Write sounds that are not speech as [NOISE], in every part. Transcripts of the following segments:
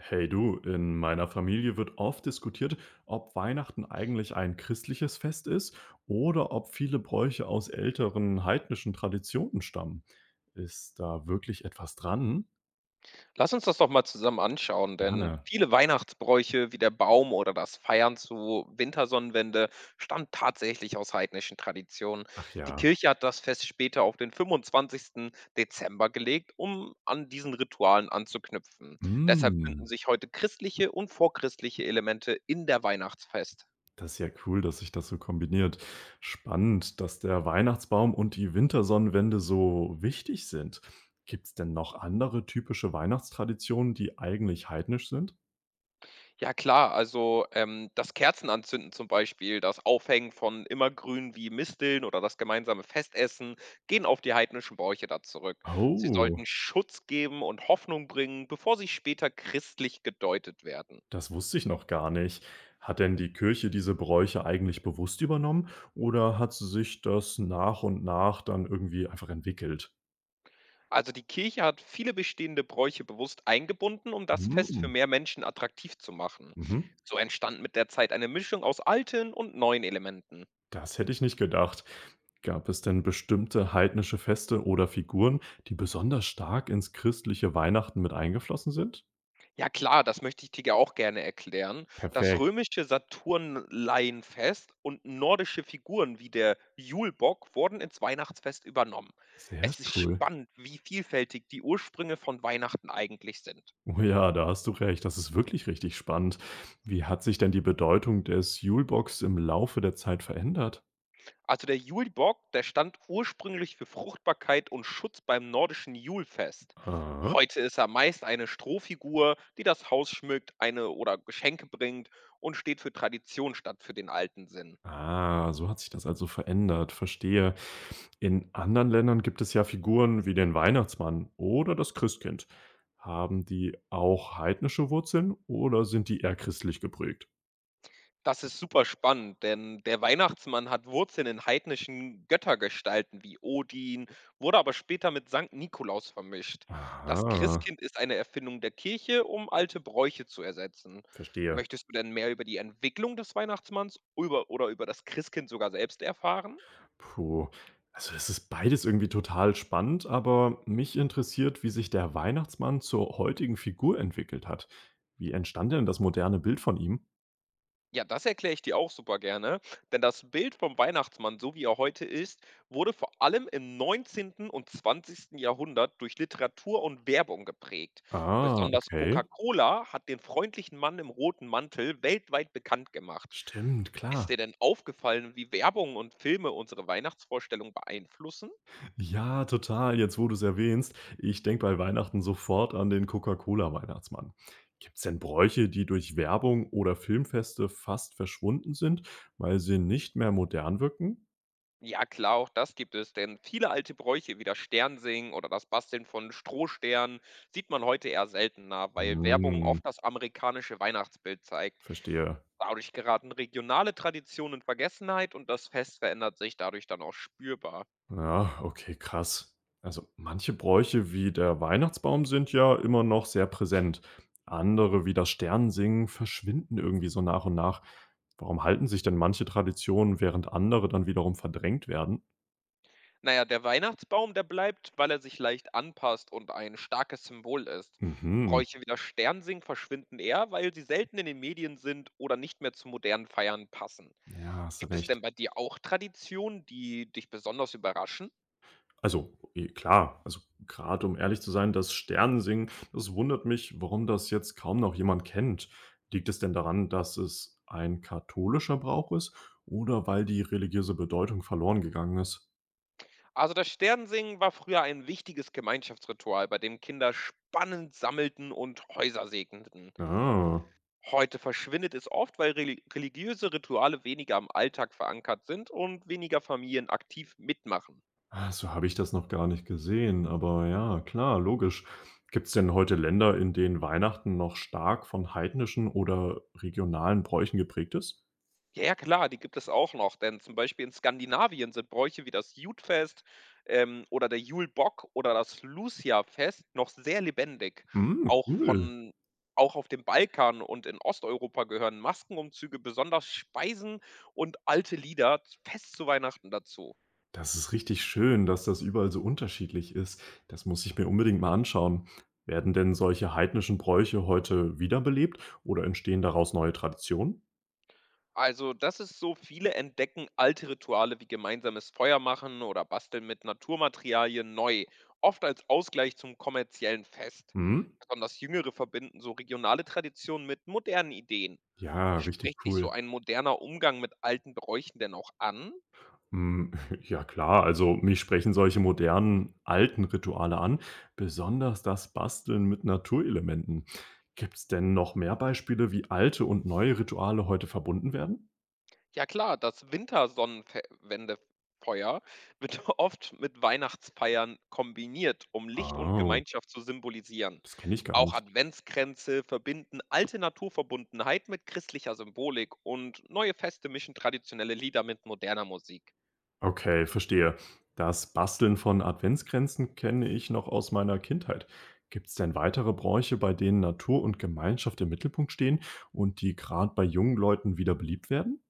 Hey du, in meiner Familie wird oft diskutiert, ob Weihnachten eigentlich ein christliches Fest ist oder ob viele Bräuche aus älteren heidnischen Traditionen stammen. Ist da wirklich etwas dran? Lass uns das doch mal zusammen anschauen, denn Gerne. viele Weihnachtsbräuche wie der Baum oder das Feiern zu Wintersonnenwende stammen tatsächlich aus heidnischen Traditionen. Ach Die ja. Kirche hat das Fest später auf den 25. Dezember gelegt, um an diesen Ritualen anzuknüpfen. Deshalb Mm, finden sich heute christliche und vorchristliche Elemente in der Weihnachtsfest. das ist ja cool, dass sich das so kombiniert. Spannend, dass der Weihnachtsbaum und die Wintersonnenwende so wichtig sind. Gibt es denn noch andere typische Weihnachtstraditionen, die eigentlich heidnisch sind? Ja klar, also, das Kerzenanzünden zum Beispiel, das Aufhängen von Immergrün wie Misteln oder das gemeinsame Festessen gehen auf die heidnischen Bräuche da zurück. Sie Oh. sollten Schutz geben und Hoffnung bringen, bevor sie später christlich gedeutet werden. Das wusste ich noch gar nicht. Hat denn die Kirche diese Bräuche eigentlich bewusst übernommen oder hat sie sich das nach und nach dann irgendwie einfach entwickelt? Also die Kirche hat viele bestehende Bräuche bewusst eingebunden, um das Fest für Hm, mehr Menschen attraktiv zu machen. mhm. So entstand mit der Zeit eine Mischung aus alten und neuen Elementen. Das hätte ich nicht gedacht. Gab es denn bestimmte heidnische Feste oder Figuren, die besonders stark ins christliche Weihnachten mit eingeflossen sind? Ja klar, das möchte ich dir ja auch gerne erklären. Das Perfekt. römische Saturnleienfest und nordische Figuren wie der Julbock wurden ins Weihnachtsfest übernommen. Sehr Es ist cool. spannend, wie vielfältig die Ursprünge von Weihnachten eigentlich sind. Oh ja, da hast du recht. Das ist wirklich richtig spannend. Wie hat sich denn die Bedeutung des Julebox im Laufe der Zeit verändert? Also der Julbock, der stand ursprünglich für Fruchtbarkeit und Schutz beim nordischen Julfest. Aha. Heute ist er meist eine Strohfigur, die das Haus schmückt, eine oder Geschenke bringt und steht für Tradition statt für den alten Sinn. Ah, so hat sich das also verändert, verstehe. In anderen Ländern gibt es ja Figuren wie den Weihnachtsmann oder das Christkind. Haben die auch heidnische Wurzeln oder sind die eher christlich geprägt? Das ist super spannend, denn der Weihnachtsmann hat Wurzeln in heidnischen Göttergestalten wie Odin, wurde aber später mit Sankt Nikolaus vermischt. Das Aha, Christkind ist eine Erfindung der Kirche, um alte Bräuche zu ersetzen. verstehe. Möchtest du denn mehr über die Entwicklung des Weihnachtsmanns über, oder über das Christkind sogar selbst erfahren? Puh. Also es ist beides irgendwie total spannend, aber mich interessiert, wie sich der Weihnachtsmann zur heutigen Figur entwickelt hat. Wie entstand denn das moderne Bild von ihm? Ja, das erkläre ich dir auch super gerne, denn das Bild vom Weihnachtsmann, so wie er heute ist, wurde vor allem im neunzehnten und zwanzigsten Jahrhundert durch Literatur und Werbung geprägt. Ah, Besonders okay. Coca-Cola hat den freundlichen Mann im roten Mantel weltweit bekannt gemacht. Stimmt, Ist klar. dir denn aufgefallen, wie Werbung und Filme unsere Weihnachtsvorstellung beeinflussen? Ja, total. Jetzt, wo du es erwähnst, ich denke bei Weihnachten sofort an den Coca-Cola-Weihnachtsmann. Gibt es denn Bräuche, die durch Werbung oder Filmfeste fast verschwunden sind, weil sie nicht mehr modern wirken? Ja klar, auch das gibt es, denn viele alte Bräuche wie das Sternsingen oder das Basteln von Strohsternen sieht man heute eher seltener, weil Werbung Hm, oft das amerikanische Weihnachtsbild zeigt. verstehe. Dadurch geraten regionale Traditionen in Vergessenheit und das Fest verändert sich dadurch dann auch spürbar. Ja, okay, krass. Also manche Bräuche wie der Weihnachtsbaum sind ja immer noch sehr präsent. Andere wie das Sternensingen verschwinden irgendwie so nach und nach. Warum halten sich denn manche Traditionen, während andere dann wiederum verdrängt werden? Naja, der Weihnachtsbaum, der bleibt, weil er sich leicht anpasst und ein starkes Symbol ist. Mhm. Bräuche wie das Sternsingen verschwinden eher, weil sie selten in den Medien sind oder nicht mehr zu modernen Feiern passen. Ja, hast du Gibt es recht. denn bei dir auch Traditionen, die dich besonders überraschen? Also, klar, also gerade um ehrlich zu sein, das Sternensingen, das wundert mich, warum das jetzt kaum noch jemand kennt. Liegt es denn daran, dass es ein katholischer Brauch ist oder weil die religiöse Bedeutung verloren gegangen ist? Also, das Sternensingen war früher ein wichtiges Gemeinschaftsritual, bei dem Kinder spannend sammelten und Häuser segneten. Ah, Heute verschwindet es oft, weil religiöse Rituale weniger im Alltag verankert sind und weniger Familien aktiv mitmachen. ah, so habe ich das noch gar nicht gesehen, aber ja, klar, logisch. Gibt es denn heute Länder, in denen Weihnachten noch stark von heidnischen oder regionalen Bräuchen geprägt ist? Ja, ja, klar, die gibt es auch noch, denn zum Beispiel in Skandinavien sind Bräuche wie das Jutfest oder der Julbock oder das Lucia-Fest noch sehr lebendig. Mm, Auch cool. von auch auf dem Balkan und in Osteuropa gehören Maskenumzüge, besonders Speisen und alte Lieder fest zu Weihnachten dazu. Das ist richtig schön, dass das überall so unterschiedlich ist. Das muss ich mir unbedingt mal anschauen. Werden denn solche heidnischen Bräuche heute wiederbelebt oder entstehen daraus neue Traditionen? Also, das ist so, viele entdecken alte Rituale wie gemeinsames Feuer machen oder basteln mit Naturmaterialien neu, oft als Ausgleich zum kommerziellen Fest. Hm? Besonders Jüngere verbinden so regionale Traditionen mit modernen Ideen. Ja, richtig Spricht dich so cool. ein moderner Umgang mit alten Bräuchen denn auch an? Hm, [LAUGHS] ja klar, also mich sprechen solche modernen, alten Rituale an, besonders das Basteln mit Naturelementen. Gibt es denn noch mehr Beispiele, wie alte und neue Rituale heute verbunden werden? Ja klar, das Wintersonnenwendefeuer wird [LAUGHS] oft mit Weihnachtsfeiern kombiniert, um Licht und Oh, Gemeinschaft zu symbolisieren. das kenne ich gar Auch nicht. Adventskränze verbinden alte Naturverbundenheit mit christlicher Symbolik und neue Feste mischen traditionelle Lieder mit moderner Musik. Okay, verstehe. Das Basteln von Adventskränzen kenne ich noch aus meiner Kindheit. Gibt es denn weitere Bräuche, bei denen Natur und Gemeinschaft im Mittelpunkt stehen und die gerade bei jungen Leuten wieder beliebt werden?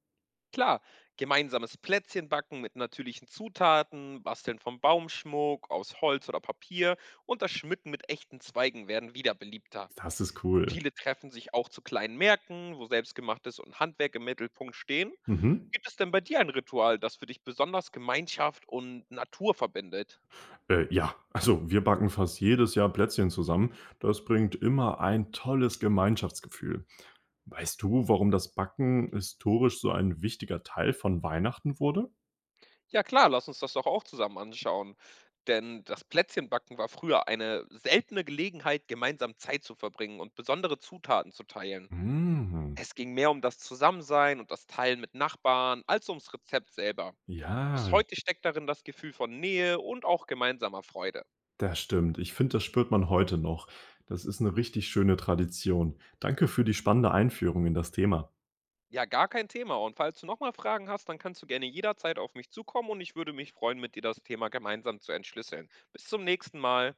Klar, gemeinsames Plätzchenbacken mit natürlichen Zutaten, Basteln vom Baumschmuck aus Holz oder Papier und das Schmücken mit echten Zweigen werden wieder beliebter. Das ist cool. Viele treffen sich auch zu kleinen Märkten, wo Selbstgemachtes und Handwerk im Mittelpunkt stehen. Mhm. Gibt es denn bei dir ein Ritual, das für dich besonders Gemeinschaft und Natur verbindet? Ja, also wir backen fast jedes Jahr Plätzchen zusammen. Das bringt immer ein tolles Gemeinschaftsgefühl. Weißt du, warum das Backen historisch so ein wichtiger Teil von Weihnachten wurde? Ja klar, lass uns das doch auch zusammen anschauen. Denn das Plätzchenbacken war früher eine seltene Gelegenheit, gemeinsam Zeit zu verbringen und besondere Zutaten zu teilen. Mm, Es ging mehr um das Zusammensein und das Teilen mit Nachbarn als ums Rezept selber. Bis ja, heute steckt darin das Gefühl von Nähe und auch gemeinsamer Freude. das stimmt. Ich finde, das spürt man heute noch. Das ist eine richtig schöne Tradition. Danke für die spannende Einführung in das Thema. Ja, gar kein Thema. Und falls du nochmal Fragen hast, dann kannst du gerne jederzeit auf mich zukommen und ich würde mich freuen, mit dir das Thema gemeinsam zu entschlüsseln. Bis zum nächsten Mal.